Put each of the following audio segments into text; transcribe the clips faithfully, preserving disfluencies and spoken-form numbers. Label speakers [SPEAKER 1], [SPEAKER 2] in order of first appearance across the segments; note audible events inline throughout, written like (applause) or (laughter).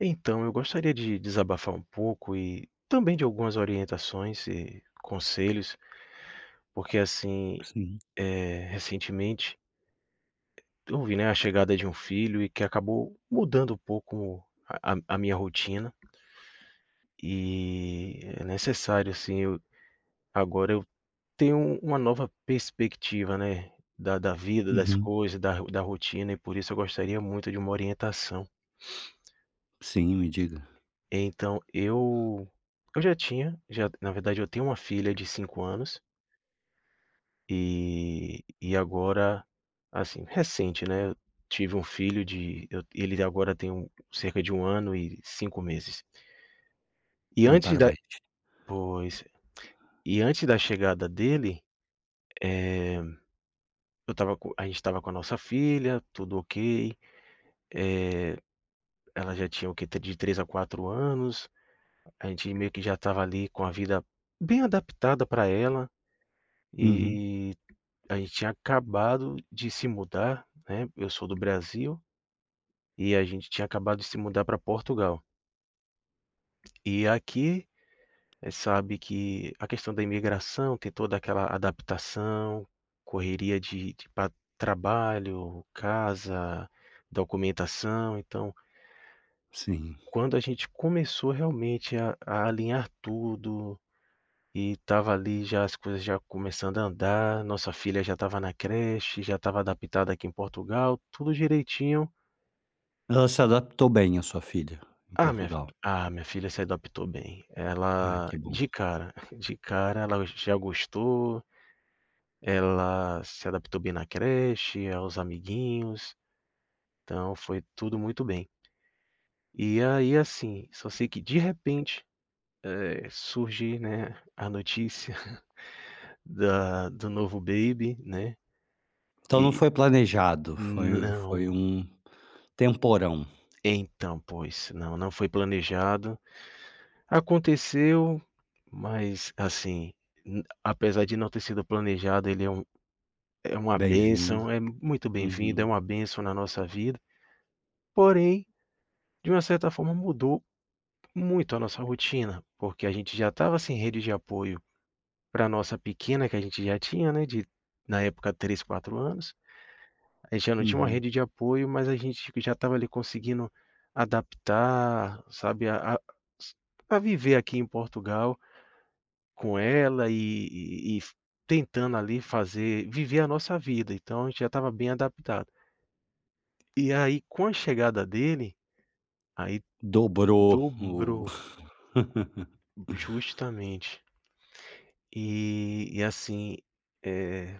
[SPEAKER 1] Então, eu gostaria de desabafar um pouco e também de algumas orientações e conselhos, porque assim,
[SPEAKER 2] Sim.
[SPEAKER 1] eh, recentemente houve, né, a chegada de um filho e que acabou mudando um pouco a, a- a minha rotina e é necessário, assim, eu, agora eu tenho uma nova perspectiva, né, da, da vida, das
[SPEAKER 2] Uhum.
[SPEAKER 1] coisas, da, da rotina e por isso eu gostaria muito de uma orientação.
[SPEAKER 2] Sim, me diga.
[SPEAKER 1] Então, eu, eu já tinha, já, na verdade, eu tenho uma filha de cinco anos. E e agora, assim, recente, né, eu tive um filho de eu ele agora tem um cerca de um ano e cinco meses. E
[SPEAKER 2] Ah,
[SPEAKER 1] antes da
[SPEAKER 2] parabéns.
[SPEAKER 1] pois. E antes da chegada dele, eh, eu estava co a gente estava com a nossa filha, tudo ok, ela já tinha o quê? De três a quatro anos, a gente meio que já estava ali com a vida bem adaptada para ela,
[SPEAKER 2] Uhum.
[SPEAKER 1] e a gente tinha acabado de se mudar, né, eu sou do Brasil e a gente tinha acabado de se mudar para Portugal. E aqui, eh, sabe que a questão da imigração tem toda aquela adaptação, correria de, de pa- trabalho, casa, documentação. Então,
[SPEAKER 2] Sim.
[SPEAKER 1] quando a gente começou realmente a, a alinhar tudo e estava ali já as coisas já começando a andar, nossa filha já estava na creche, já estava adaptada aqui em Portugal, tudo direitinho.
[SPEAKER 2] Ela se adaptou bem, a sua filha, em
[SPEAKER 1] Ah, minha
[SPEAKER 2] Portugal?
[SPEAKER 1] ah, minha filha se adaptou bem.
[SPEAKER 2] Ai,
[SPEAKER 1] Ela
[SPEAKER 2] que bom.
[SPEAKER 1] de cara, (laughs) de cara ela já gostou, ela se adaptou bem na creche, aos amiguinhos, então foi tudo muito bem. E aí, assim, só sei que de repente, eh, surge, né, a notícia (laughs) da do novo baby, né,
[SPEAKER 2] Então não
[SPEAKER 1] e
[SPEAKER 2] foi planejado, foi foi
[SPEAKER 1] não,
[SPEAKER 2] um temporão.
[SPEAKER 1] então, pois, não, não foi planejado. Aconteceu, mas assim, n apesar de não ter sido planejado, ele é um é uma
[SPEAKER 2] Bem-vindo.
[SPEAKER 1] bênção, é muito bem-vindo, é
[SPEAKER 2] Uhum.
[SPEAKER 1] uma bênção na nossa vida, porém, de uma certa forma mudou muito a nossa rotina, porque a gente já estava sem rede de apoio pra nossa pequena que a gente já tinha, né, de na época três, quatro anos, a gente já não tinha uma
[SPEAKER 2] Uhum.
[SPEAKER 1] rede de apoio, mas a gente já estava ali conseguindo adaptar, sabe, a a a viver aqui em Portugal. Com ela e e e tentando ali fazer viver a nossa vida, então a gente já estava bem adaptado. E aí com a chegada dele, aí
[SPEAKER 2] Dobrou o
[SPEAKER 1] dobrou,
[SPEAKER 2] (laughs)
[SPEAKER 1] justamente. E e assim, eh,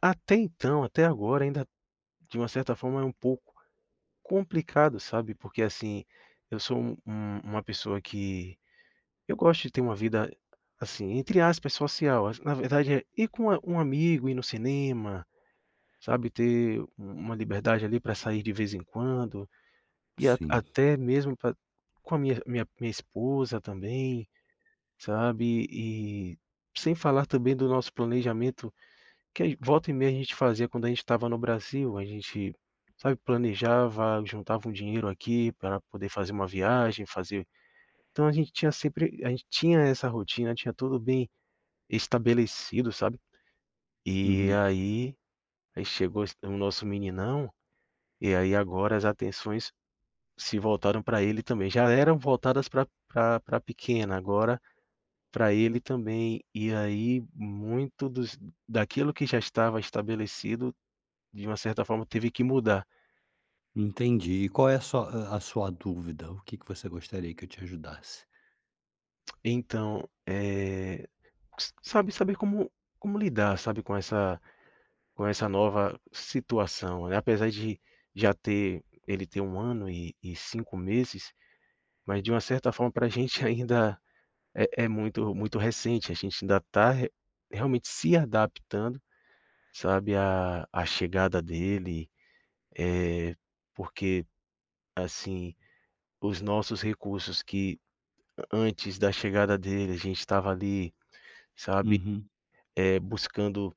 [SPEAKER 1] até então, até agora ainda de uma certa forma é um pouco complicado, sabe, porque assim, eu sou um um uma pessoa que eu gosto de ter uma vida, assim, entre aspas, social, na verdade é ir com a um amigo, ir no cinema, sabe, ter um, uma liberdade ali para sair de vez em quando, e a
[SPEAKER 2] Sim.
[SPEAKER 1] até mesmo pra com a minha minha minha esposa também, sabe, e sem falar também do nosso planejamento, que aí volta e meia a gente fazia quando a gente estava no Brasil, a gente, sabe, planejava, juntava um dinheiro aqui para poder fazer uma viagem, fazer então a gente tinha sempre a gente tinha essa rotina, tinha tudo bem estabelecido, sabe. E
[SPEAKER 2] Uhum.
[SPEAKER 1] aí aí chegou esse o nosso meninão. E aí agora as atenções se voltaram para ele também. Já eram voltadas para para pequena, agora para ele também. E aí muito dos, daquilo que já estava estabelecido, de uma certa forma, teve que mudar.
[SPEAKER 2] Entendi. E qual é a sua a sua dúvida? O que que você gostaria que eu te ajudasse?
[SPEAKER 1] Então, eh, sabe saber como como lidar, sabe, com essa com essa nova situação, né? Apesar de já ter ele ter um ano e, e cinco meses, mas de uma certa forma para a gente (laughs) ainda É é muito muito recente, a gente ainda está realmente se adaptando, sabe, à à chegada dele, eh, porque, assim, os nossos recursos que antes da chegada dele a gente estava ali, sabe,
[SPEAKER 2] Uhum.
[SPEAKER 1] é buscando,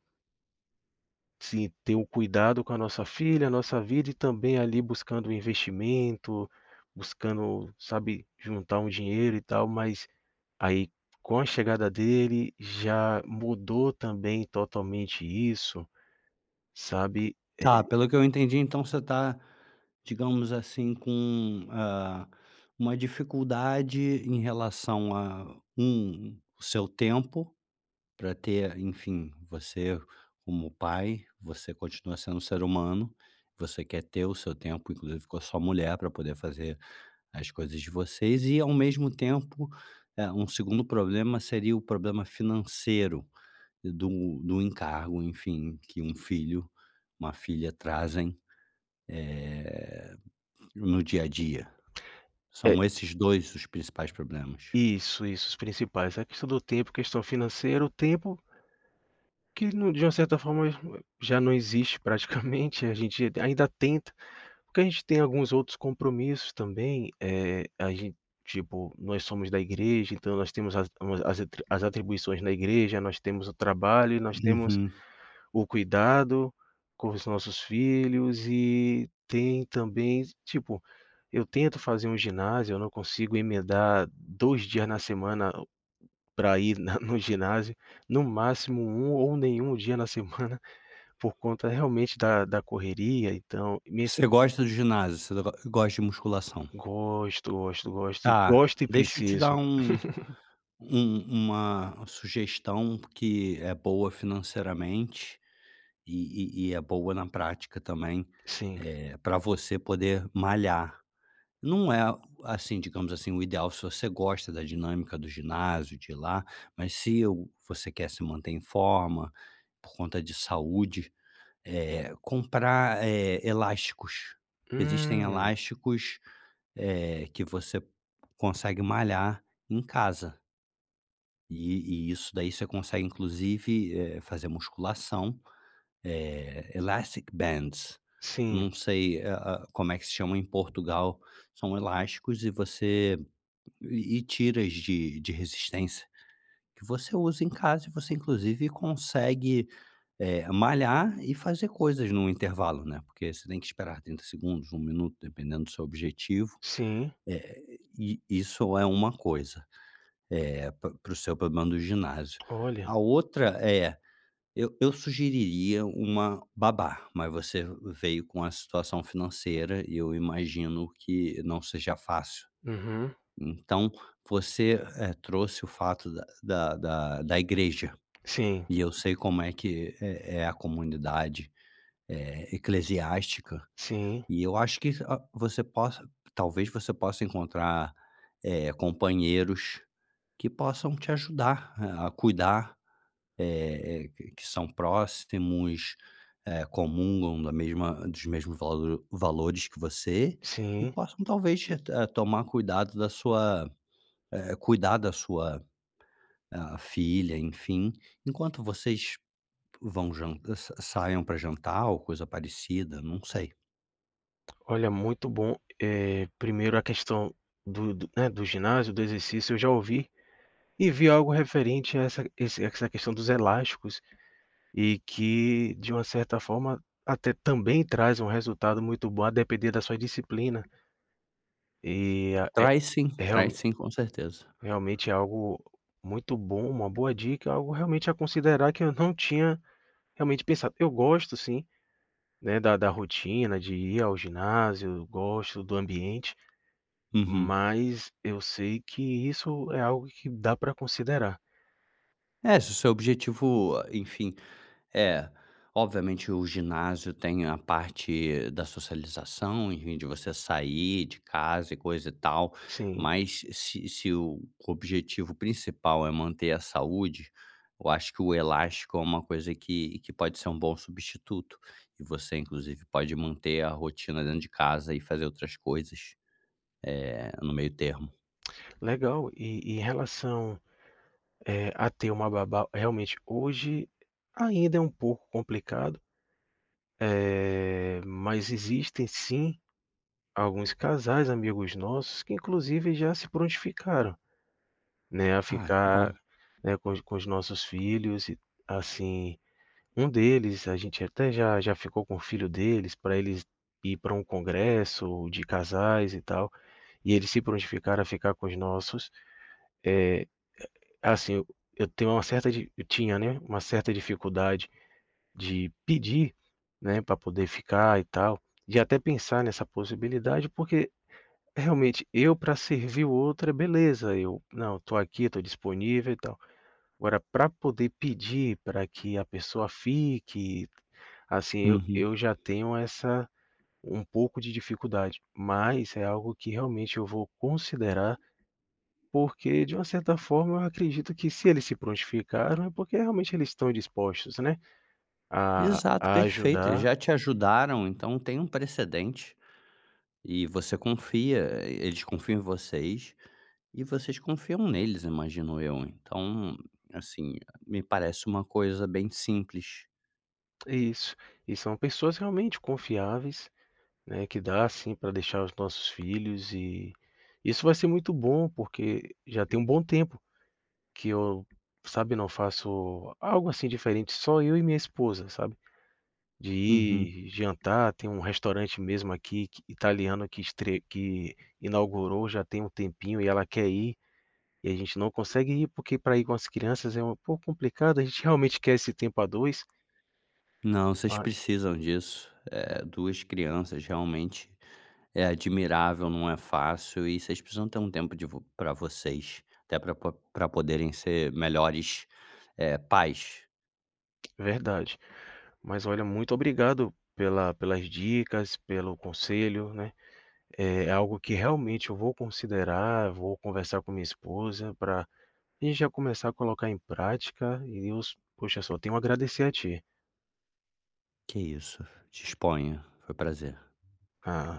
[SPEAKER 1] sim, ter um cuidado com a nossa filha, a nossa vida e também ali buscando um investimento, buscando, sabe, juntar um dinheiro e tal, mas aí, com a chegada dele, já mudou também totalmente isso, sabe.
[SPEAKER 2] Tá, pelo que eu entendi, então você tá, digamos assim, com, ah, uma dificuldade em relação a, um o seu tempo para ter, enfim, você como pai, você continua sendo um ser humano, você quer ter o seu tempo, inclusive com a sua mulher, para poder fazer as coisas de vocês e, ao mesmo tempo, eh, um segundo problema seria o problema financeiro do do encargo, enfim, que um filho, uma filha trazem eh, no dia a dia.
[SPEAKER 1] É,
[SPEAKER 2] São esses dois os principais problemas.
[SPEAKER 1] isso, isso, os principais. A questão do tempo, questão financeira, o tempo que não de uma certa forma já não existe praticamente, (laughs) a gente ainda tenta, porque a gente tem alguns outros compromissos também, eh, a gente tipo, nós somos da igreja, então nós temos as umas as atri- as atribuições na igreja, nós temos o trabalho e nós temos
[SPEAKER 2] Uhum.
[SPEAKER 1] o cuidado com os nossos filhos e tem também tipo, eu tento fazer um ginásio, eu não consigo emendar dois dias na semana para ir na no ginásio, no máximo um ou nenhum dia na semana, (laughs) por conta realmente da da correria, então minha es
[SPEAKER 2] Você gosta do ginásio, você go gosta de musculação.
[SPEAKER 1] gosto, gosto, gosto e
[SPEAKER 2] Tá,
[SPEAKER 1] gosto e
[SPEAKER 2] deixa eu te dar
[SPEAKER 1] preciso.
[SPEAKER 2] um um uma sugestão que é boa financeiramente e e e é boa na prática também,
[SPEAKER 1] Sim.
[SPEAKER 2] para você poder malhar. Não é, assim, digamos assim, o ideal se você gosta da dinâmica do ginásio, de ir lá, mas se o você quer se manter em forma, por conta de saúde, eh, comprar, eh, elásticos. Existem
[SPEAKER 1] Hum.
[SPEAKER 2] elásticos, eh, que você consegue malhar em casa, e e isso daí você consegue inclusive, eh, fazer musculação, eh, elastic bands,
[SPEAKER 1] Sim,
[SPEAKER 2] não sei a a como é que se chama em Portugal, são elásticos e você e e tiras de de resistência que você usa em casa e você inclusive consegue, eh, malhar e fazer coisas num intervalo, né, porque você tem que esperar trinta segundos, um minuto, dependendo do seu objetivo,
[SPEAKER 1] sim.
[SPEAKER 2] eh, e isso é uma coisa, eh, para o seu problema do ginásio.
[SPEAKER 1] Olha.
[SPEAKER 2] A outra é, eu eu sugeriria uma babá, mas você veio com a situação financeira e eu imagino que não seja fácil,
[SPEAKER 1] Uhum.
[SPEAKER 2] então, você, eh, trouxe o fato da da da da igreja,
[SPEAKER 1] Sim,
[SPEAKER 2] e eu sei como é que é é a comunidade, eh, eclesiástica,
[SPEAKER 1] sim,
[SPEAKER 2] e eu acho que a você possa talvez você possa encontrar, eh, companheiros que possam te ajudar a a cuidar, eh eh, que que são próximos, eh, comungam da mesma dos mesmos valo valores que você, e
[SPEAKER 1] sim.
[SPEAKER 2] possam talvez, eh, tomar cuidado da sua eh, cuidar da sua, ah, filha, enfim, enquanto vocês vão jan eh, sa saiam pra jantar ou coisa parecida, não sei.
[SPEAKER 1] Olha, muito bom. Eh, primeiro a questão do do né, do ginásio, do exercício, eu já ouvi e vi algo referente a essa esse essa questão dos elásticos e que, de uma certa forma, até também traz um resultado muito bom a depender da sua disciplina. E a é
[SPEAKER 2] Traz sim,
[SPEAKER 1] é real
[SPEAKER 2] traz sim, com certeza.
[SPEAKER 1] realmente é algo muito bom, uma boa dica, é algo realmente a considerar que eu não tinha realmente pensado. Eu gosto sim, né, da da rotina de ir ao ginásio, gosto do ambiente.
[SPEAKER 2] Uhum.
[SPEAKER 1] Mas eu sei que isso é algo que dá para considerar.
[SPEAKER 2] É, se o seu objetivo, enfim É, obviamente o ginásio tem a parte da socialização, enfim, de você sair de casa e coisa e tal,
[SPEAKER 1] Sim,
[SPEAKER 2] mas se se o objetivo principal é manter a saúde, eu acho que o elástico é uma coisa que que pode ser um bom substituto, e você inclusive pode manter a rotina dentro de casa e fazer outras coisas, eh, no meio termo.
[SPEAKER 1] legal. E e em relação, eh, a ter uma babá, realmente hoje ainda é um pouco complicado, eh, mas existem sim alguns casais, amigos nossos, que inclusive já se prontificaram, né, a
[SPEAKER 2] Ah, que
[SPEAKER 1] ficar,
[SPEAKER 2] bom.
[SPEAKER 1] né, com os com os nossos filhos e assim, um deles a gente até já já ficou com o filho deles para eles ir para um congresso de casais e tal. E eles se prontificaram a ficar com os nossos. É, assim, eu, eu tenho uma certa, eu tinha, né, uma certa dificuldade de pedir, né, para poder ficar e tal, de até pensar nessa possibilidade, porque realmente eu para servir o outro é beleza, eu não, tô aqui, tô disponível e tal. Agora para poder pedir para que a pessoa fique, assim, eu,
[SPEAKER 2] Uhum.
[SPEAKER 1] eu já tenho essa um pouco de dificuldade, mas é algo que realmente eu vou considerar. Porque, de uma certa forma, eu acredito que se eles se prontificaram, é porque realmente eles estão dispostos, né, a
[SPEAKER 2] Exato,
[SPEAKER 1] a
[SPEAKER 2] perfeito,
[SPEAKER 1] ajudar
[SPEAKER 2] já te ajudaram, então tem um precedente. E você confia, eles confiam em vocês e vocês confiam neles, imagino eu. Então, assim, me parece uma coisa bem simples.
[SPEAKER 1] isso. E são pessoas realmente confiáveis, né, que dá assim para deixar os nossos filhos e isso vai ser muito bom, porque já tem um bom tempo que eu, sabe, não faço algo assim diferente, só eu e minha esposa, sabe. De
[SPEAKER 2] Uhum.
[SPEAKER 1] ir jantar, tem um restaurante mesmo aqui que italiano que estre que inaugurou já tem um tempinho e ela quer ir. E a gente não consegue ir, porque para ir com as crianças é um pouco complicado, a gente realmente quer esse tempo a dois.
[SPEAKER 2] Não, vocês
[SPEAKER 1] Ah,
[SPEAKER 2] precisam disso. É, duas crianças realmente é admirável, não é fácil e vocês precisam ter um tempo de vo para vocês, até para para poderem ser melhores, eh, pais.
[SPEAKER 1] verdade. Mas olha, muito obrigado pela pelas dicas, pelo conselho, né. É é algo que realmente eu vou considerar, vou conversar com minha esposa para a gente já começar a colocar em prática e eu s poxa, só tenho a agradecer a ti.
[SPEAKER 2] Que isso, disponha, foi prazer.
[SPEAKER 1] Ah.